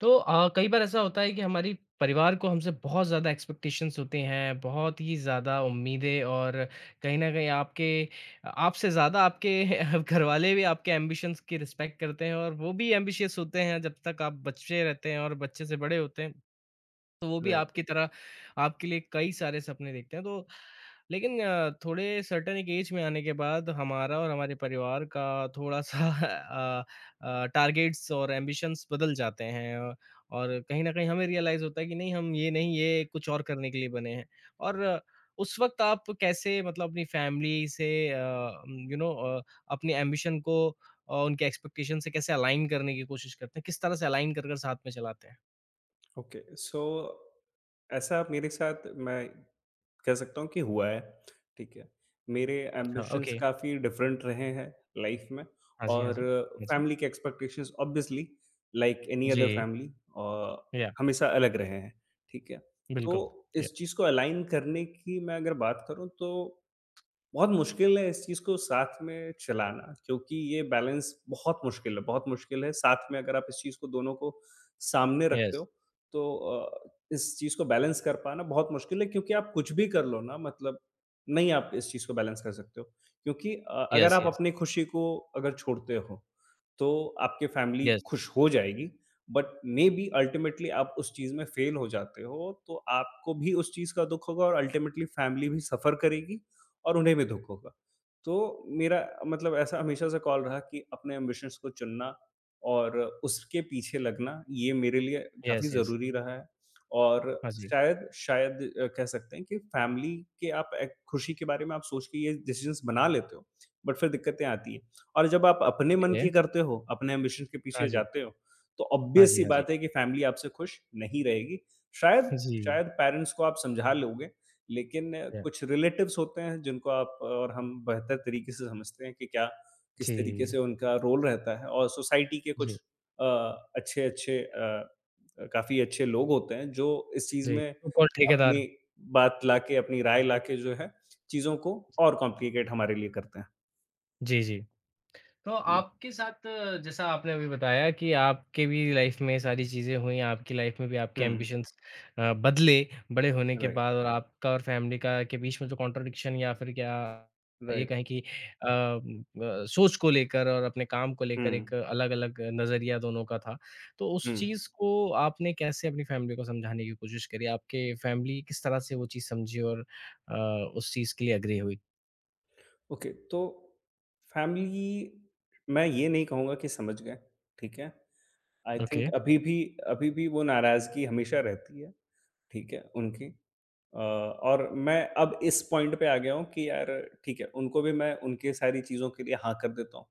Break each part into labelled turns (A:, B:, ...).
A: तो कई बार ऐसा होता है कि हमारी परिवार को हमसे बहुत ज़्यादा एक्सपेक्टेशंस होते हैं, बहुत ही ज़्यादा उम्मीदें और कहीं न कहीं आपके आपसे ज़्यादा आपके घरवाले भी आपके एम्बिशंस की रिस्पेक्ट करते हैं और वो भी एम्बिशियस होते हैं जब तक आप बच्चे रहते हैं और बच्चे से बड़े होते हैं। तो वो भी
B: राइट,
A: आपकी तरह आपके लिए कई सारे सपने देखते हैं तो लेकिन थोड़े सर्टेन एक एज में आने के बाद हमारा और हमारे परिवार का थोड़ा-सा टारगेट्स और एम्बिशंस बदल जाते हैं और कहीं न कहीं हमें रियलाइज़ होता है कि नहीं हम ये नहीं ये कुछ और करने के लिए बने हैं। और उस वक़्त आप कैसे मतलब अपनी फैमिली से यू नो अ, अपने एम्बिशन को उनके एक्सपेक्टेशन से कैसे अलाइन करने की कोशिश करते हैं? किस तरह से अलाइन कर साथ में चलाते हैं?
B: ओके सो ऐसा मेरे साथ मैं कह सकता हूँ कि हुआ है, ठीक है। मेरे
A: अच्छा,
B: एम्बिशंस
A: ओके।
B: काफ़ी डिफरेंट रहे हैं लाइफ में,
A: हाँ जी, हाँ
B: और
A: जी। हाँ जी।
B: फैमिली के expectations obviously like any other
A: जी,
B: फैमिली और
A: या
B: हमेशा अलग रहे हैं, ठीक है। तो
A: बिल्कुल, या
B: इस चीज़ को अलाइन करने की मैं अगर बात करूँ तो बहुत मुश्किल है इस चीज़ को साथ में चलाना, क्योंकि ये बैलेंस बहुत मुश्किल है, बहुत मुश्किल है साथ में अगर आप इस चीज़ को दोनों को सामने रखते
A: यस,
B: हो तो अ, इस चीज़ को बैलेंस कर पाना बहुत मुश्किल है, क्योंकि आप कुछ भी कर लो ना, मतलब नहीं आप इस चीज़ को बैलेंस कर सकते हो क्योंकि अगर
A: यस,
B: आप
A: यस,
B: अपनी खुशी को अगर छोड़ते हो तो आपके फैमिली
A: यस,
B: खुश हो जाएगी, बट मे बी अल्टीमेटली आप उस चीज़ में फेल हो जाते हो तो आपको भी उस चीज़ का दुख होगा, और अल्टीमेटली फैमिली भी सफ़र करेगी और उन्हें भी दुःख होगा। तो मेरा मतलब ऐसा हमेशा से कॉल रहा कि अपने ऐम्बिशंस को चुनना और उसके पीछे लगना, ये मेरे लिए काफ़ी
A: यस, यस।
B: ज़रूरी रहा है।
A: हाँ
B: और
A: जी,
B: शायद शायद अ, कह सकते हैं कि फैमिली के आप एक खुशी के बारे में आप सोच के ये डिसीज़न्स बना लेते हो, बट फिर दिक्कतें आती हैं। और जब आप अपने मन
A: ओके।
B: की करते हो, अपने ऐम्बिशन के
A: हाँ
B: पीछे
A: जी,
B: जाते हो, तो
A: हाँ
B: ऑब्वियस
A: जी,
B: सी
A: हाँ जी।
B: बात है कि फैमिली आपसे खुश नहीं रहेगी। शायद
A: जी,
B: शायद पेरेंट्स को आप समझा लोगे, लेकिन
A: या
B: कुछ रिलेटिव्स होते हैं जिनको आप और हम बेहतर तरीके से समझते हैं कि क्या किस तरीके
A: जी,
B: से उनका रोल रहता है, और सोसाइटी के
A: जी,
B: कुछ अ, अच्छे-अच्छे काफ़ी अच्छे लोग होते हैं जो इस चीज़
A: जी,
B: में
A: सो कॉल्ड
B: अपनी
A: ठेकेदार।
B: बात लाके, अपनी राय लाके जो है चीज़ों को और कॉम्प्लिकेट हमारे लिए करते हैं।
A: जी, जी। तो
B: जी।
A: आपके साथ जैसा आपने अभी बताया कि आपके भी लाइफ में सारी चीज़ें हुई, आपकी लाइफ में भी आपके
B: हुँ,
A: एम्बिशंस बदले बड़े होने के
B: राइट,
A: बाद और आपका और फैमिली का के बीच में जो कॉन्ट्रडिक्शन या फिर क्या ये
B: राइट।
A: कहें कि सोच को लेकर और अपने काम को लेकर एक
B: हुँ,
A: अलग-अलग नज़रिया दोनों का था। तो उस
B: हुँ।
A: चीज़ को आपने कैसे अपनी फैमिली को समझाने की कोशिश करी? आपके फैमिली किस तरह से वो चीज़ समझी और अ, उस चीज़ के लिए एग्री हुई?
B: ओके, तो फैमिली मैं ये नहीं कहूँगा कि समझ गए, ठीक है? आई थिंक
A: ओके,
B: अभी भी वो नाराज़गी हमेशा रहती है, ठीक है, उनकी। और मैं अब इस पॉइंट पे आ गया हूँ कि यार ठीक है, उनको भी मैं उनकी सारी चीज़ों के लिए हाँ कर देता हूँ,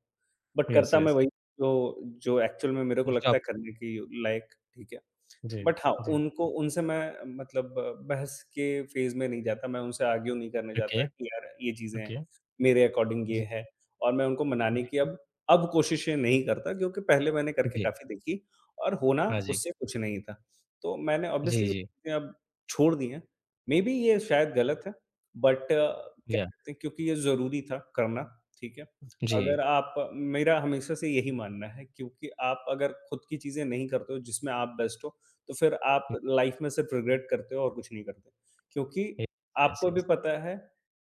B: बट
A: यस,
B: करता मैं
A: यस।
B: वही जो जो एक्चुअल में मेरे को
A: जी,
B: लगता
A: आप
B: है करने की लायक, ठीक है।
A: जी,
B: बट हाँ,
A: जी।
B: उनको उनसे मैं मतलब बहस के फ़ेज़ में नहीं जाता, मैं उनसे आर्ग्यू नहीं करने
A: ओके,
B: जाता कि यार ये चीज़ें हैं,
A: ओके।
B: मेरे अकॉर्डिंग ये
A: जी,
B: है, और मैं उनको मनाने की अब कोशिशें नहीं करता, क्योंकि पहले मैंने करके
A: जी।
B: काफ़ी देखी और होना
A: हाँ जी।
B: उससे कुछ नहीं था। तो मैंने
A: जी,
B: ऑब्वियसली
A: जी।
B: अब छोड़ दी हैं। मेबी ये शायद गलत है, बट कह
A: या
B: सकते हैं क्योंकि ये ज़रूरी था करना, ठीक है?
A: जी।
B: अगर आप मेरा हमेशा से यही मानना है क्योंकि आप अगर खुद की चीज़ें नहीं करते हो जिसमें आप बेस्ट हो, तो फिर आप लाइफ में सिर्फ रिग्रेट करते हो और कुछ नहीं करते। क्योंकि
A: ये यस,
B: आपको भी
A: यस।
B: पता है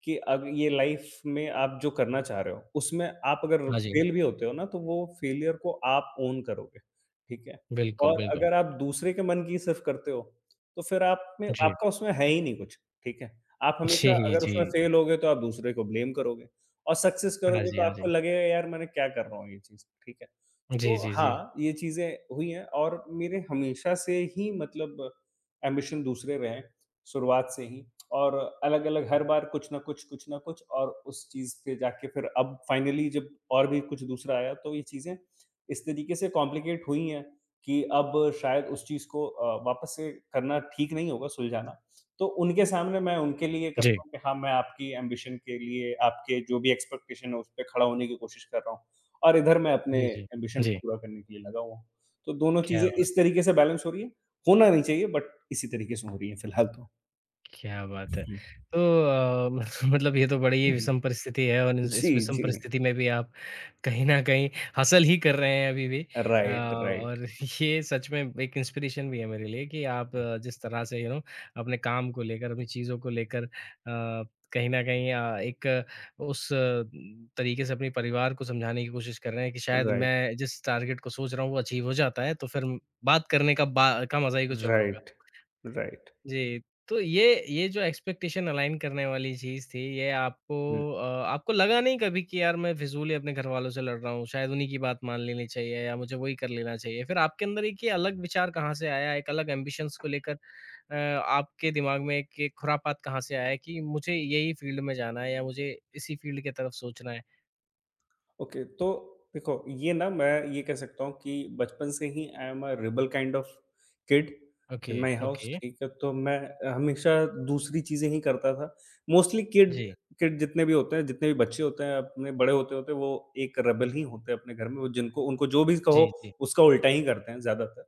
B: कि अब ये लाइफ में आप जो करना चाह रहे हो, उसमें आप अगर
A: हाँ जी।
B: फेल भी होते हो ना, तो वो फेलियर को आप ओन करोगे, ठीक है?
A: बिल्कुल,
B: और
A: बिल्कुल।
B: अगर आप दूसरे के मन की सिर्फ करते हो, तो फिर आप में
A: जी।
B: आपका उसमें है ही नहीं कुछ, ठीक है? आप हमेशा
A: जी,
B: अगर
A: जी।
B: उसमें फेल हो गए, तो आप दूसरे को ब्लेम करोगे और सक्सेस
A: हाँ
B: करोगे,
A: जी,
B: तो
A: हाँ जी।
B: आपको लगेगा, "यार, मैंने क्या कर रहा हूँ ये चीज़?" ठीक है?
A: जी,
B: तो
A: जी, जी।
B: हाँ, ये चीज़ें हुई हैं, और मेरे हमेशा से ही मतलब एम्बिशन दूसरे रहे हैं, शुरुआत से ही। और अलग-अलग हर बार कुछ न कुछ और उस चीज़ पे जाके फिर अब फाइनली जब और भी कुछ दूसरा आया तो ये चीज़ें इस तरीके से कॉम्प्लिकेट हुई हैं कि अब शायद उस चीज़ को वापस से करना ठीक नहीं होगा सुलझाना। तो उनके सामने मैं उनके लिए
A: जी।
B: करता हूँ कि हाँ, मैं आपकी एम्बिशन के लिए, आपके जो भी एक्सपेक्टेशन है उस पे खड़ा होने की कोशिश कर रहा हूँ। और इधर मैं अपने
A: जी, जी।
B: एम्बिशन को
A: जी।
B: पूरा करने के लिए लगा हुआ हूँ। तो दोनों
A: क्या
B: चीज़ें इस तरीके से बैलेंस हो रही हैं, होना नहीं चाहिए बट इसी तरीके से हो रही है फिलहाल तो।
A: क्या बात है!
B: हुँ,
A: तो मतलब ये तो बड़ी ही
B: हुँ।
A: विषम परिस्थिति है और इस
B: जी,
A: इस विषम
B: जी।
A: परिस्थिति में भी आप कहीं न कहीं हसल ही कर रहे हैं अभी भी।
B: राइट, राइट,
A: और ये सच में एक इंस्पिरेशन भी है मेरे लिए कि आप जिस तरह से यू नो अपने काम को लेकर, अपनी चीज़ों को लेकर कहीं न कहीं एक उस तरीके से अपने परिवार को समझाने की कोशिश कर रहे हैं कि शायद
B: राइट,
A: मैं जिस टारगेट को सोच रहा हूँ वो अचीव हो जाता है, तो फिर बात करने का बा का मज़ा ही कुछ और होगा।
B: Right, right.
A: जी, तो ये जो एक्सपेक्टेशन अलाइन करने वाली चीज़ थी, ये आपको
B: हुँ।
A: अ, आपको लगा नहीं कभी कि यार मैं फिज़ूल ही अपने घरवालों से लड़ रहा हूँ, शायद उन्हीं की बात मान लेनी चाहिए या मुझे वही कर लेना चाहिए। फिर आपके अंदर एक ये अलग विचार कहाँ से आया? एक अलग एम्बिशंस को लेकर आपके दिमाग में एक एक खुरापात कहाँ से आया कि मुझे यही फील्ड में जाना है या मुझे इसी फील्ड की तरफ सोचना है?
B: ओके तो देखो ये ना, मैं ये कह सकता हूँ कि बचपन से ही I am a rebel kind of kid
A: okay,
B: in my house,
A: okay.
B: ठीक है। तो मैं हमेशा दूसरी चीजें ही करता था मोस्टली। किड
A: जी,
B: किड जितने भी बच्चे होते हैं अपने बड़े होते होते, वो एक रेबल ही होते हैं अपने घर में, वो जिनको उनको जो भी कहो
A: जी, जी।
B: उसका उल्टा ही करते हैं ज्यादातर,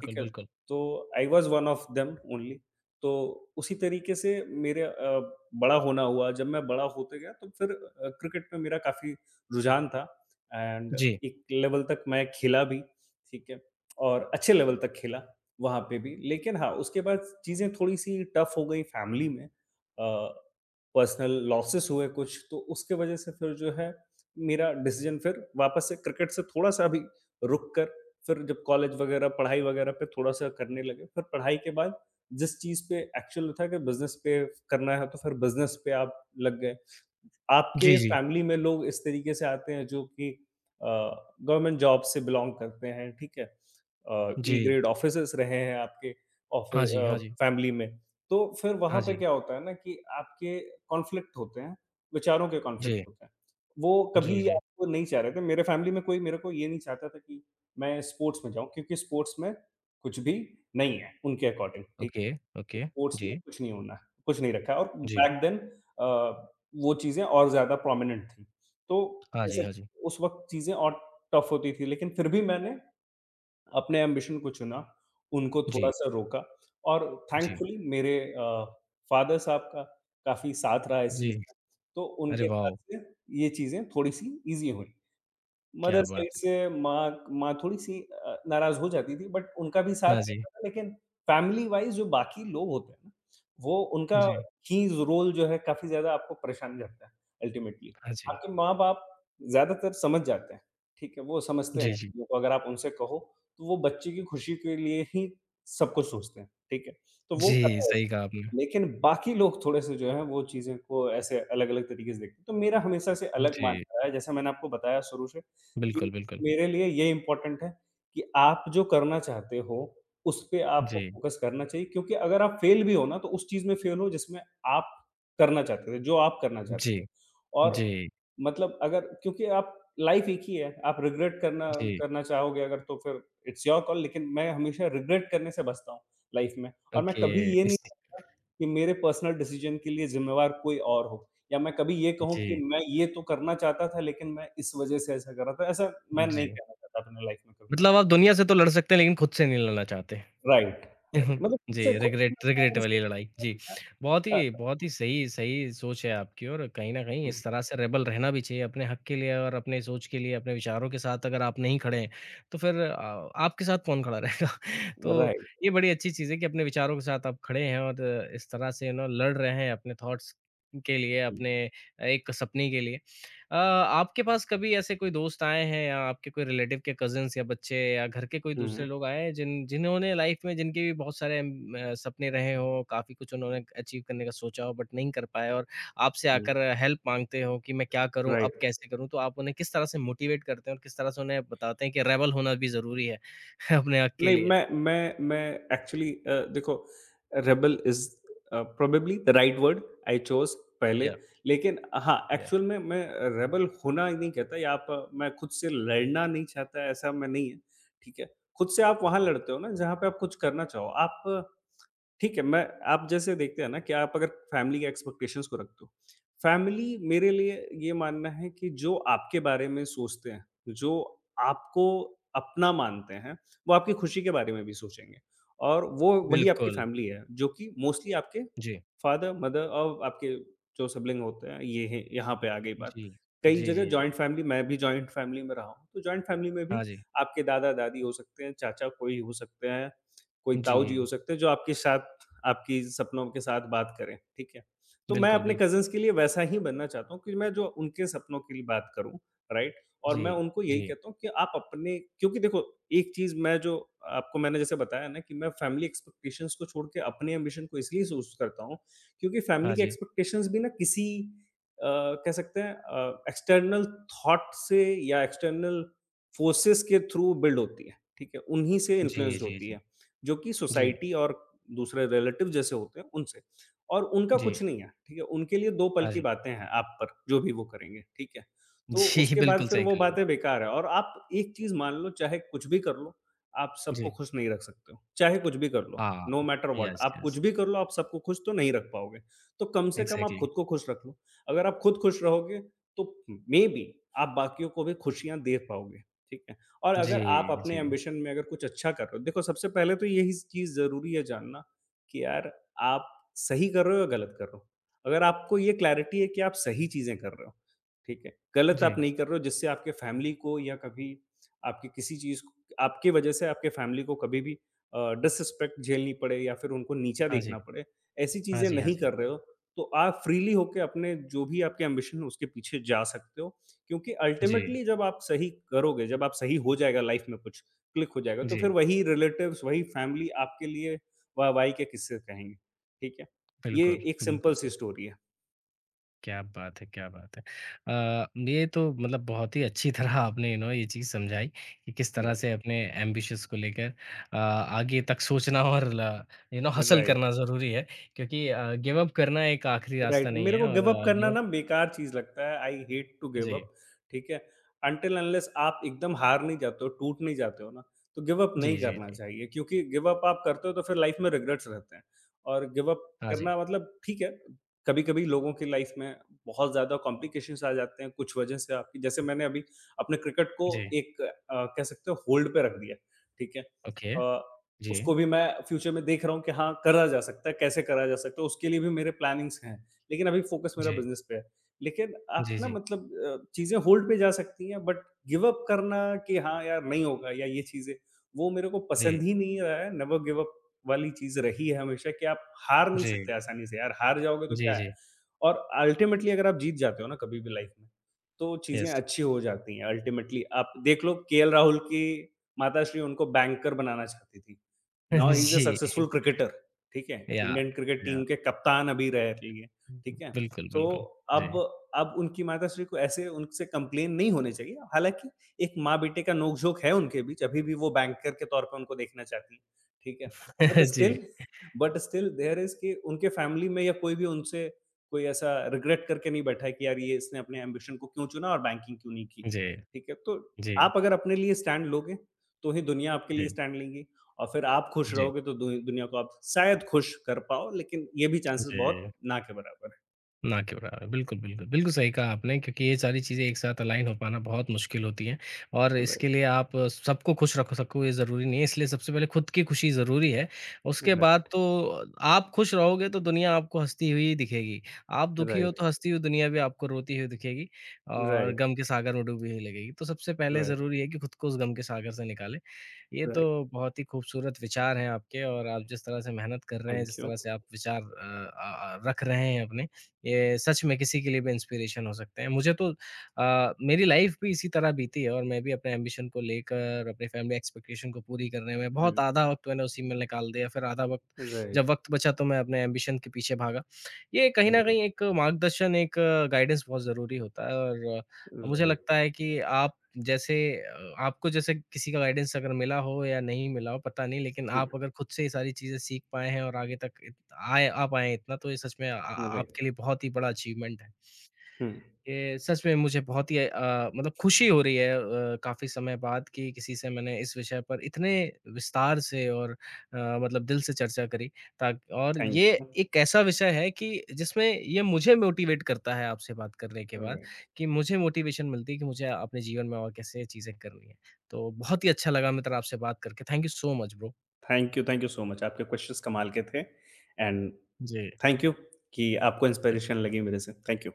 B: ठीक है।
A: बिल्कुल।
B: तो I was one of them only. तो उसी तरीके से मेरे बड़ा होना हुआ। जब मैं बड़ा होते गया तो फिर क्रिकेट में मेरा काफी रुझान था, एंड
A: जी।
B: एक लेवल तक मैं खेला भी, ठीक है? और अच्छे लेवल तक खेला, वहाँ पे भी। लेकिन हाँ, उसके बाद चीज़ें थोड़ी-सी टफ़ हो गई फैमिली में। पर्सनल लॉसेस हुए कुछ, तो उसके वजह से फिर जो है, मेरा डिसीज़न फिर वापस से क्रिकेट से थोड़ा-सा भी रुक कर, फिर जब कॉलेज वगैरह, पढ़ाई वगैरह पे थोड़ा-सा करने लगे, फिर पढ़ाई के बाद जिस चीज़ पे एक्चुअल था कि बिज़नेस पे करना है, तो फिर बिज़नेस पे आप लग गए।
A: जी,
B: आपके
A: जी।
B: फैमिली में लोग इस तरीके से आते हैं जो कि अ, गवर्नमेंट जॉब से बिलॉन्ग करते हैं, ठीक है? ए
A: जी।
B: ग्रेड ऑफिसर्स रहे हैं आपके ऑफि
A: हाँ जी,
B: अ,
A: हाँ जी।
B: फैमिली में। तो फिर
A: हाँ
B: वहाँ पे
A: जी।
B: क्या होता है ना कि आपके कॉन्फ्लिक्ट होते हैं, विचारों के कॉन्फ्लिक्ट
A: जी,
B: होते हैं। वो
A: जी,
B: कभी
A: जी।
B: आपको नहीं चाह रहे थे, मेरे फैमिली में कोई मेरे को ये नहीं चाहता था कि मैं स्पोर्ट्स में जाऊँ, क्योंकि स्पोर्ट्स में कुछ भी नहीं है उनके अकॉर्डिंग, ठीक
A: ओके,
B: है?
A: ओके।
B: स्पोर्ट्स में
A: जी,
B: कुछ नहीं होना है, कुछ नहीं रखा है, और
A: जी।
B: बैक देन वो चीज़ें और ज़्यादा प्रोमिनेंट थीं। तो
A: हाँ
B: कह
A: जी,
B: सक
A: हाँ जी।
B: उस वक़्त चीज़ें और टफ होती थी, लेकिन फिर भी मैंने अपने एम्बिशन को चुना, उनको
A: जी,
B: थोड़ा-सा रोका। और
A: जी,
B: थैंकफुली मेरे फ़ादर साहब का काफ़ी साथ रहा इस
A: जी।
B: चीज़ में, तो
A: अरे
B: उनके साथ
A: वाओ!
B: से ये चीज़ें थोड़ी-सी ईज़ी हुई।
A: क्या
B: मदर साइड
A: बात है।
B: से माँ माँ थोड़ी-सी नाराज़ हो जाती थी, बट उनका भी साथ
A: हाँ जी,
B: रहता था, लेकिन फैमिली वाइज़ जो बाकी लोग होते हैं ना, वो उनका
A: जी।
B: ही रोल जो है काफ़ी ज़्यादा आपको परेशान करता है अल्टीमेटली।
A: हाँ जी।
B: आपके माँ-बाप ज़्यादातर समझ जाते हैं, ठीक है? वो समझते हैं
A: जी, जी।
B: चीज़ों को अगर आप उनसे कहो, तो वो बच्चे की खुशी के लिए ही सब कुछ सोचते हैं, ठीक है? तो वो
A: जी,
B: करते हैं।
A: सही कहा आपने।
B: लेकिन बाकी लोग थोड़े-से जो हैं वो चीज़ें को ऐसे अलग-अलग तरीके से देखते हैं। तो मेरा हमेशा से अलग
A: जी,
B: मानना रहा है, जैसा मैंने आपको बताया शुरू से
A: बिल्कुल,
B: कि
A: बिल्कुल।
B: मेरे लिए ये इम्पोर्टेंट है कि आप जो करना चाहते हो, उसपे आपको
A: जी,
B: फ़ोकस करना चाहिए क्योंकि अगर आप फेल भी हो ना, तो उस चीज़ में फेल हो जिसमें आप करना चाहते थे, जो आप करना
A: जी,
B: चाहते थे। और
A: जी,
B: मतलब अगर, क्योंकि आप लाइफ़ एक ही है, आप रिग्रेट करना
A: जी।
B: करना चाहोगे अगर तो फिर इट्स योर कॉल, लेकिन मैं हमेशा रिग्रेट करने से बचता हूँ लाइफ़ में, और मैं
A: ओके।
B: कभी ये नहीं
A: इस
B: चाहता कि मेरे पर्सनल डिसीज़न के लिए ज़िम्मेवार कोई और हो। या मैं कभी ये कहूँ कि
A: जी,
B: मैं ये तो करना चाहता था लेकिन मैं इस वजह से ऐसा कर रहा था, ऐसा मैं नहीं
A: जी।
B: कहना चाहता अपनी लाइफ में कभी भी।
A: मतलब आप दुनिया से तो लड़ सकते हैं लेकिन खुद से नहीं लड़ना चाहते।
B: राइट, राइट, मतलब खुद
A: जी,
B: से खुद से मैं
A: रिग्रेट रिग्रेट
B: अपने से-
A: वाली लड़ाई। जी,
B: अ,
A: बहुत ही सही सही सोच है आपकी और कहीं न कहीं
B: हुँ,
A: इस तरह से रेबेल रहना भी चाहिए अपने हक के लिए और अपने सोच के लिए, अपने विचारों के साथ अगर आप नहीं खड़े हैं, तो फिर आपके साथ कौन खड़ा रहेगा? तो
B: राइट,
A: ये बड़ी अच्छी चीज़ है कि अपने विचारों के साथ आप खड़े हैं और इस तरह से यू नो लड़ रहे हैं अपने थॉट्स के लिए,
B: हुँ,
A: अपने एक सपने के लिए। आपके पास कभी ऐसे कोई दोस्त आए हैं या आपके कोई रिलेटिव के कज़िन्स या बच्चे या घर के कोई दूसरे
B: हुँ,
A: लोग आए हैं जिन्होंने लाइफ में जिनके भी बहुत सारे सपने रहे हों, काफ़ी कुछ उन्होंने अचीव करने का सोचा हो बट नहीं कर पाए और आपसे
B: हुँ,
A: आकर हेल्प माँगते हो कि मैं क्या करूँ, अब
B: राइट।
A: कैसे करूँ? तो आप उन्हें किस तरह से मोटिवेट करते हैं और किस तरह से उन्हें बताते हैं कि रेबेल होना भी ज़रूरी है अपने हक़ के
B: नहीं,
A: लिए?
B: मैं एक्चुअली देखो rebel is probably the right word I chose पहले।
A: या
B: लेकिन हाँ,
A: या
B: एक्चुअल में मैं रेबेल होना ही नहीं कहता, या आप मैं खुद से लड़ना नहीं चाहता ऐसा मैं नहीं है, ठीक है? खुद से आप वहाँ लड़ते हो ना जहाँ पे आप कुछ करना चाहो। आप ठीक है, मैं आप जैसे देखते हैं ना कि आप अगर फैमिली के एक्सपेक्टेशंस को रखते हो। फैमिली मेरे लिए ये मानना है कि जो आपके बारे में सोचते हैं, जो आपको अपना मानते हैं, वो आपकी खुशी के बारे में भी सोचेंगे, और वो वही आपकी
A: बिल्कुल।
B: फैमिली है, जो कि मोस्टली आपके
A: जी।
B: फादर, मदर और आपके जो सिबलिंग होते हैं, ये हैं, यहाँ पे आ गई बात।
A: जी।
B: कई
A: जी,
B: जगह
A: जी, जी।
B: जॉइंट फैमिली, मैं भी जॉइंट फैमिली में रहा हूँ, तो जॉइंट फैमिली में भी
A: हाँ जी।
B: आपके दादा-दादी हो सकते हैं, चाचा कोई हो सकते हैं, कोई ताऊ जी हो
A: जी।
B: सकते हैं, जो आपके साथ आपकी सपनों के साथ बात करें, ठीक है? तो मैं
A: बिल्कुल,
B: अपने
A: बिल्कुल।
B: कज़िन्स के लिए वैसा ही बनना चाहता हूँ कि मैं जो उनके सपनों के लिए बात करूँ, राइट? और
A: जी,
B: मैं उनको यही
A: जी।
B: कहता हूँ कि आप अपने क्योंकि देखो एक चीज़ मैं जो आपको मैंने जैसे बताया ना कि मैं फैमिली एक्सपेक्टेशंस को छोड़ के अपने एम्बिशन को इसलिए चूज़ करता हूँ, क्योंकि
A: हाँ
B: फैमिली की
A: जी।
B: एक्सपेक्टेशंस भी ना किसी अ, कह सकते हैं एक्सटर्नल थॉट से या एक्सटर्नल फोर्सेस के थ्रू बिल्ड होती है, ठीक है? उन्हीं से
A: जी,
B: इन्फ्लुएंस्ड
A: जी,
B: होती
A: जी।
B: है। जो कि
A: जी,
B: सोसाइटी और दूसरे रिलेटिव जैसे होते हैं उनसे। और उनका
A: जी।
B: कुछ नहीं है, ठीक है? उनके लिए 2 पल
A: हाँ
B: की
A: जी।
B: बातें हैं आप पर, जो भी वो करेंगे, ठीक है? तो
A: जी,
B: उसके बाद
A: बिल्कुल
B: फिर
A: सही
B: वो
A: कहा आपने।
B: बातें बेकार है और आप एक चीज़ मान लो, चाहे कुछ भी कर लो, आप सबको
A: जी।
B: खुश नहीं रख सकते हो। चाहे कुछ भी कर लो,
A: हाँ,
B: नो मैटर व्हाट,
A: यस,
B: आप कुछ
A: यस,
B: भी कर लो, आप सबको खुश तो नहीं रख पाओगे। तो कम से कम आप
A: एग्ज़ैक्टली।
B: खुद को खुश रख लो। अगर आप खुद खुश रहोगे तो मेबी आप बाकियों को भी खुशियाँ दे पाओगे, ठीक है? और अगर आप
A: जी,
B: अपने
A: जी,
B: एम्बिशन में अगर कुछ अच्छा कर रहे हो, देखो सबसे पहले तो यही चीज़ ज़रूरी है जानना कि यार आप सही कर रहे हो या गलत कर रहे हो। अगर आपको ये क्लैरिटी है कि आप सही चीज़ें कर रहे हो, ठीक है? गलत
A: जी।
B: आप नहीं कर रहे हो, जिससे आपके फैमिली को या कभी आपकी किसी चीज़ को, आपकी वजह से आपके फैमिली को कभी भी डिसरिस्पेक्ट झेलनी पड़े या फिर उनको नीचा
A: हाँ जी।
B: देखना पड़े, ऐसी
A: हाँ
B: चीज़ें
A: जी, हाँ
B: नहीं
A: जी।
B: कर रहे हो, तो आप फ्रीली होके अपने जो भी आपके एम्बिशन है उसके पीछे जा सकते हो। क्योंकि
A: जी,
B: अल्टीमेटली जब आप सही करोगे, जब आप सही हो जाएगा लाइफ में कुछ, क्लिक हो जाएगा, तो
A: जी।
B: फिर वही रिलेटिव्स, वही फैमिली आपके लिए वाह-वाही के किस्से कहेंगे, ठीक है? ये
A: बिल्कुल,
B: एक
A: बिल्कुल
B: सिंपल सी
A: सर।
B: स्टोरी है।
A: क्या बात है, क्या बात है। ये तो मतलब बहुत ही अच्छी तरह आपने यू नो ये चीज़ समझाई कि किस तरह
B: राइट,
A: से अपने एम्बिशंस को लेकर आगे तक सोचना और ल यू नो हसल
B: राइट।
A: करना ज़रूरी है क्योंकि गिव अप करना एक आखिरी रास्ता
B: राइट,
A: नहीं
B: मेरे
A: है
B: को
A: और
B: गिव अप
A: गिव
B: करना
A: अप
B: ना बेकार चीज़ लगता है। आई हेट टू गिव
A: जी।
B: अप, ठीक है? अनटिल अनलेस आप एकदम हार नहीं जाते हो, टूट नहीं जाते हो ना, तो गिव अप
A: जी,
B: नहीं
A: जी,
B: करना
A: जी।
B: चाहिए, क्योंकि गिव अप आप करते हो तो फिर लाइफ़ में रिग्रेट्स रहते हैं। और गिव अप
A: हाँ जी।
B: करना मतलब ठीक है, कभी-कभी लोगों की लाइफ़ में बहुत ज़्यादा कॉम्प्लिकेशंस आ जाते हैं कुछ वजह से। आपकी जैसे मैंने अभी अपने क्रिकेट को
A: जी।
B: एक कह सकते हो होल्ड पे रख दिया, ठीक है?
A: ओके।
B: अ,
A: जी।
B: उसको भी मैं फ्यूचर में देख रहा हूँ कि हाँ, करा जा सकता है, कैसे करा जा सकता है, उसके लिए भी मेरे प्लानिंग्स हैं। लेकिन अभी फोकस मेरा
A: जी।
B: बिज़नेस पे है। लेकिन
A: जी,
B: आप ना
A: जी।
B: मतलब चीज़ें होल्ड पे जा सकती हैं, बट गिव अप करना कि हाँ यार नहीं होगा या ये चीज़ें, वो मेरे को
A: जी।
B: पसंद ही नहीं रहा है। नेवर गिव अप वाली चीज़ रही है हमेशा कि आप हार नहीं
A: जी।
B: सकते आसानी से यार, हार जाओगे तो
A: जी,
B: क्या है?
A: जी।
B: और अल्टीमेटली अगर आप जीत जाते हो ना कभी भी लाइफ में, तो
A: यस।
B: चीज़ें अच्छी हो जाती हैं अल्टीमेटली। आप देख लो केएल राहुल की माताश्री उनको बैंकर बनाना चाहती थी। नाउ ही इज़ अ
A: जी।
B: सक्सेसफुल क्रिकेटर, ठीक है?
A: या
B: इंडियन क्रिकेट
A: या।
B: टीम के कप्तान अभी रह रही हैं। ठीक है?
A: बिल्कुल,
B: तो
A: बिल्कुल।
B: अब
A: जी।
B: अब उनकी माताश्री को ऐसे उनसे कंप्लेन नहीं होने चाहिए। हालाँकि एक माँ-बेटे का नोक-झोंक है उनके बीच, अभी भी वो बैंकर के तौर पे उनको देखना चाहती हैं, ठीक है? बट स्टिल
A: जी।
B: बट स्टिल देयर इज़ कि उनके फैमिली में या कोई भी उनसे कोई ऐसा रिग्रेट करके नहीं बैठा है कि यार ये इसने अपने एम्बिशन को क्यों चुना और बैंकिंग क्यों नहीं की,
A: जी।
B: ठीक है? तो
A: जी।
B: आप अगर अपने लिए स्टैंड लोगे, तो ही दुनिया आपके
A: जी।
B: लिए स्टैंड लेंगी। और फिर आप खुश
A: जी।
B: रहोगे तो दु दुनिया को आप शायद खुश कर पाओ, लेकिन ये भी चांसेस बहुत
A: जी।
B: ना के बराबर है।
A: ना के बराबर, बिल्कुल, बिल्कुल। बिल्कुल सही कहा आपने क्योंकि ये सारी चीज़ें एक साथ अलाइन हो पाना बहुत मुश्किल होती हैं और
B: Right.
A: इसके लिए आप सबको खुश रख सको ये ज़रूरी नहीं है, इसलिए सबसे पहले खुद की खुशी ज़रूरी है। उसके बाद
B: Right.
A: तो आप खुश रहोगे तो दुनिया आपको हँसती हुई दिखेगी, आप दुखी हो
B: Right.
A: तो हँसती हुई दुनिया भी आपको रोती हुई दिखेगी और
B: Right.
A: गम के सागर में डूबी हुई लगेगी। तो सबसे पहले
B: Right.
A: ज़रूरी है कि खुद को उस गम के सागर से निकालें। ये तो
B: Right.
A: बहुत ही खूबसूरत विचार हैं आपके और आप जिस तरह से मेहनत कर रहे हैं,
B: Thank
A: जिस
B: you.
A: तरह से आप विचार रख रहे हैं अपने, ये सच में किसी के लिए भी इंस्पिरेशन हो सकते हैं। मुझे तो मेरी लाइफ़ भी इसी तरह बीती है और मैं भी अपने एम्बिशन को लेकर, अपनी फैमिली एक्सपेक्टेशन को पूरी करने में बहुत
B: Mm.
A: आधा वक़्त मैंने उसी में निकाल दिया, फिर आधा वक़्त
B: Right.
A: जब वक़्त बचा तो मैं अपने एम्बिशन के पीछे भागा। ये कहीं न
B: Right.
A: कहीं एक मार्गदर्शन, एक गाइडेंस बहुत ज़रूरी होता है और मुझे
B: Right.
A: लगता है कि आपको जैसे किसी का गाइडेंस अगर मिला हो या नहीं मिला हो पता नहीं लेकिन
B: Mm.
A: आप अगर खुद से ये सारी चीज़ें सीख पाए हैं और आगे तक इत आए आ पाए हैं इतना तो ये सच में आ आ
B: Right.
A: आपके लिए बहुत ही बड़ा अचीवमेंट है।
B: Hmm.
A: ये सच में मुझे बहुत ही मतलब खुशी हो रही है काफ़ी समय बाद कि किसी से मैंने इस विषय पर इतने विस्तार से और मतलब दिल से चर्चा करी ताक और
B: Thank
A: ये
B: you.
A: एक ऐसा विषय है कि जिसमें ये मुझे मोटिवेट करता है आपसे बात करने के बाद
B: Right.
A: कि मुझे मोटिवेशन मिलती है कि मुझे अपने जीवन में और कैसे चीज़ें करनी है। तो बहुत ही अच्छा लगा मित्र आपसे बात करके। Thank you so much bro.
B: Thank you so much. आपके क्वेश्चंस कमाल के थे, एंड
A: जी।
B: थैंक यू कि आपको इंस्पिरेशन लगी मेरे से। Thank you.